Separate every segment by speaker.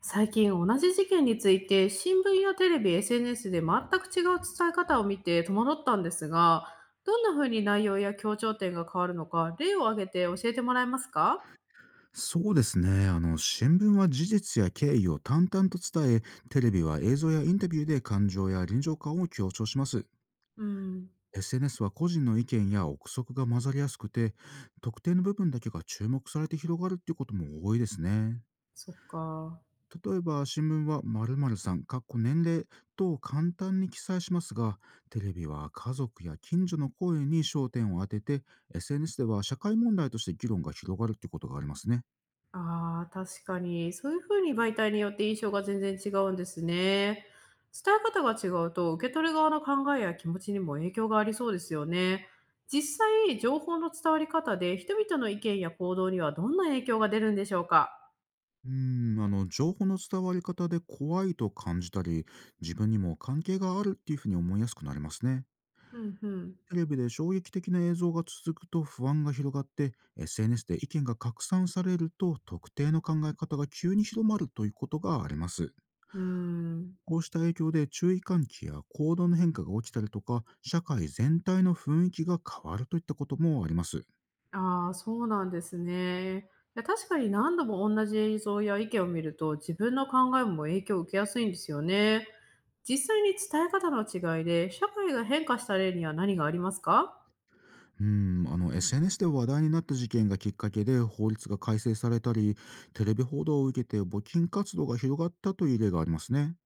Speaker 1: 最近同じ事件について新聞やテレビ、SNS で全く違う伝え方を見て戸惑ったんですが、どんな風に内容や強調点が変わるのか、例を挙げて教えてもらえますか？
Speaker 2: そうですね。新聞は事実や経緯を淡々と伝え、テレビは映像やインタビューで感情や臨場感を強調します。
Speaker 1: うん。
Speaker 2: SNS は個人の意見や憶測が混ざりやすくて、特定の部分だけが注目されて広がるっていうことも多いですね。
Speaker 1: そっか。
Speaker 2: 例えば、新聞は〇〇さん、かっこ年齢と簡単に記載しますが、テレビは家族や近所の声に焦点を当てて、SNS では社会問題として議論が広がるっていうことがありますね。
Speaker 1: ああ、確かに。そういう風に媒体によって印象が全然違うんですね。伝え方が違うと、受け取る側の考えや気持ちにも影響がありそうですよね。実際、情報の伝わり方で人々の意見や行動にはどんな影響が出るんでしょうか？
Speaker 2: うー情報の伝わり方で怖いと感じたり、自分にも関係があるっていうふうに思いやすくなりますね。
Speaker 1: うん、うん。
Speaker 2: テレビで衝撃的な映像が続くと不安が広がって、 SNS で意見が拡散されると特定の考え方が急に広まるということがあります。
Speaker 1: うーん。
Speaker 2: こうした影響で注意喚起や行動の変化が起きたりとか、社会全体の雰囲気が変わるといったこともあります。
Speaker 1: ああ、そうなんですね。いや、確かに何度も同じ映像や意見を見ると、自分の考えも影響を受けやすいんですよね。実際に伝え方の違いで、社会が変化した例には何がありますか？
Speaker 2: うん、SNS で話題になった事件がきっかけで法律が改正されたり、テレビ報道を受けて募金活動が広がったという例がありますね。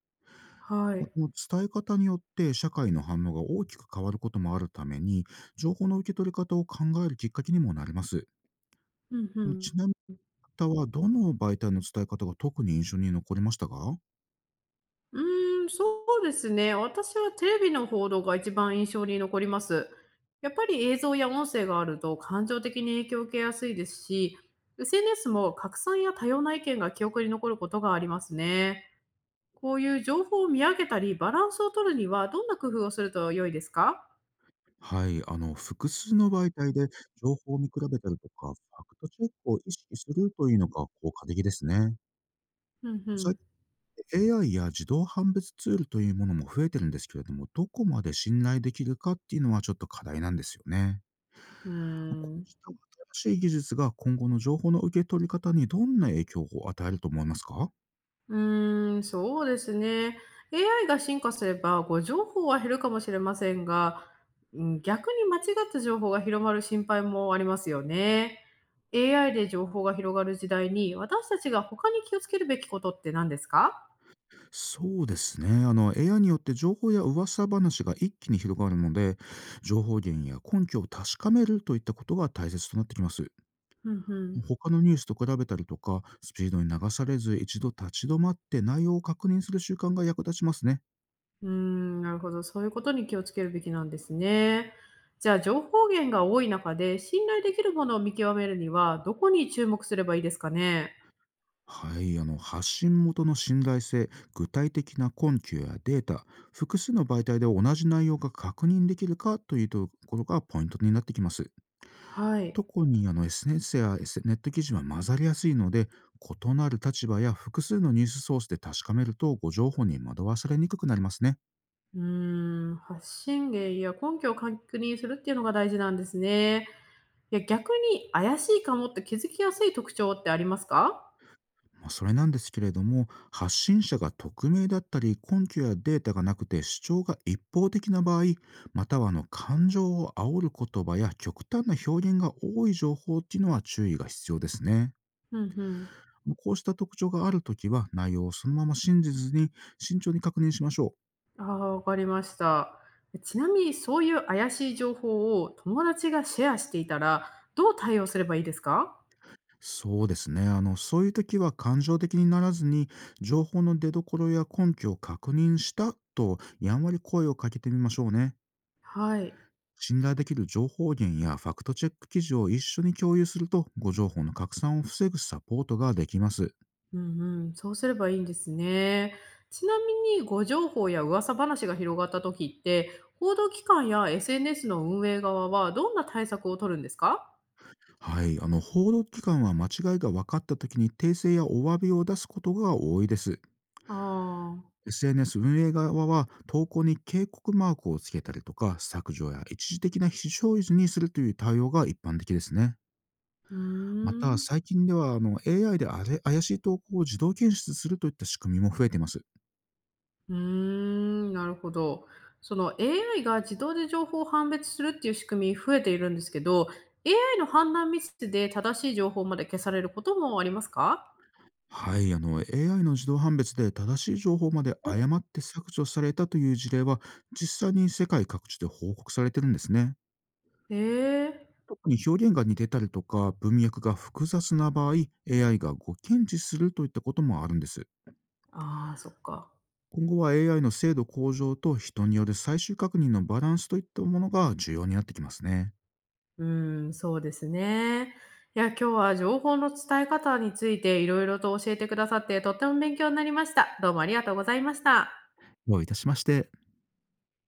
Speaker 1: は
Speaker 2: まあ、
Speaker 1: い。
Speaker 2: この伝え方によって社会の反応が大きく変わることもあるために、情報の受け取り方を考えるきっかけにもなります。
Speaker 1: うん、う
Speaker 2: ち
Speaker 1: ん。
Speaker 2: なみに、あなたはどの媒体の伝え方が特に印象に残りましたか？
Speaker 1: うーん、そうですね。私はテレビの報道が一番印象に残ります。やっぱり映像や音声があると感情的に影響を受けやすいですし、SNS も拡散や多様な意見が記憶に残ることがありますね。こういう情報を見上げたり、バランスを取るにはどんな工夫をすると良いですか？
Speaker 2: はい、複数の媒体で情報を見比べたりとか、ファクトチェックを意識するというのが効果的ですね。
Speaker 1: うんうん。
Speaker 2: AI や自動判別ツールというものも増えてるんですけれども、どこまで信頼できるかっていうのはちょっと課題なんですよね。
Speaker 1: うー
Speaker 2: こ
Speaker 1: ん。
Speaker 2: うした新しい技術が今後の情報の受け取り方にどんな影響を与えると思いますか？
Speaker 1: うーん、そうですね。AI が進化すれば、誤情報は減るかもしれませんが、うん、逆に間違った情報が広まる心配もありますよね。AI で情報が広がる時代に、私たちが他に気をつけるべきことって何ですか？
Speaker 2: そうですね。AI によって情報や噂話が一気に広がるので、情報源や根拠を確かめるといったことが大切となってきます。
Speaker 1: うんうん。
Speaker 2: 他のニュースと比べたりとか、スピードに流されず一度立ち止まって内容を確認する習慣が役立ちますね。
Speaker 1: うーん、なるほど。そういうことに気をつけるべきなんですね。じゃあ、情報源が多い中で、信頼できるものを見極めるには、どこに注目すればいいですかね？
Speaker 2: はい、発信元の信頼性、具体的な根拠やデータ、複数の媒体で同じ内容が確認できるかというところがポイントになってきます。
Speaker 1: はい。
Speaker 2: 特にSNS や S ネット記事は混ざりやすいので、異なる立場や複数のニュースソースで確かめるとご情報に惑わされにくくなりますね。
Speaker 1: うーん、発信源や根拠を確認するっていうのが大事なんですね。いや、逆に怪しいかもって気づきやすい特徴ってありますか？
Speaker 2: まあ、それなんですけれども、発信者が匿名だったり、根拠やデータがなくて主張が一方的な場合、または感情を煽る言葉や極端な表現が多い情報っていうのは注意が必要ですね。
Speaker 1: うんうん。
Speaker 2: こうした特徴があるときは、内容をそのまま信じずに慎重に確認しましょう。
Speaker 1: ああ、わかりました。ちなみにそういう怪しい情報を友達がシェアしていたら、どう対応すればいいですか？
Speaker 2: そうですね。そういう時は感情的にならずに、情報の出どころや根拠を確認したと、やんわり声をかけてみましょうね。
Speaker 1: はい。
Speaker 2: 信頼できる情報源やファクトチェック記事を一緒に共有すると、誤情報の拡散を防ぐサポートができます。
Speaker 1: うんうん。そうすればいいんですね。ちなみに、誤情報や噂話が広がった時って、報道機関や SNS の運営側はどんな対策を取るんですか？
Speaker 2: はい、報道機関は間違いが分かった時に訂正やお詫びを出すことが多いです。
Speaker 1: ああ、
Speaker 2: SNS 運営側は投稿に警告マークをつけたりとか、削除や一時的な非表示にするという対応が一般的ですね。
Speaker 1: うー
Speaker 2: また、
Speaker 1: ん。
Speaker 2: 最近ではAI であれ怪しい投稿を自動検出するといった仕組みも増えています。
Speaker 1: うーん、なるほど。その AI が自動で情報を判別するっていう仕組み増えているんですけど、AI の判断ミスで正しい情報まで消されることもありますか？
Speaker 2: はい、AI の自動判別で正しい情報まで誤って削除されたという事例は、実際に世界各地で報告されてるんですね。
Speaker 1: ええ。
Speaker 2: 特に表現が似てたりとか文脈が複雑な場合、 AI がご検知するといったこともあるんです。
Speaker 1: ああー、そっか。
Speaker 2: 今後は AI の精度向上と人による最終確認のバランスといったものが重要になってきますね。
Speaker 1: うーん、そうですね。いや、今日は情報の伝え方についていろいろと教えてくださって、とっても勉強になりました。どうもありがとうございました。
Speaker 2: どういたしまして。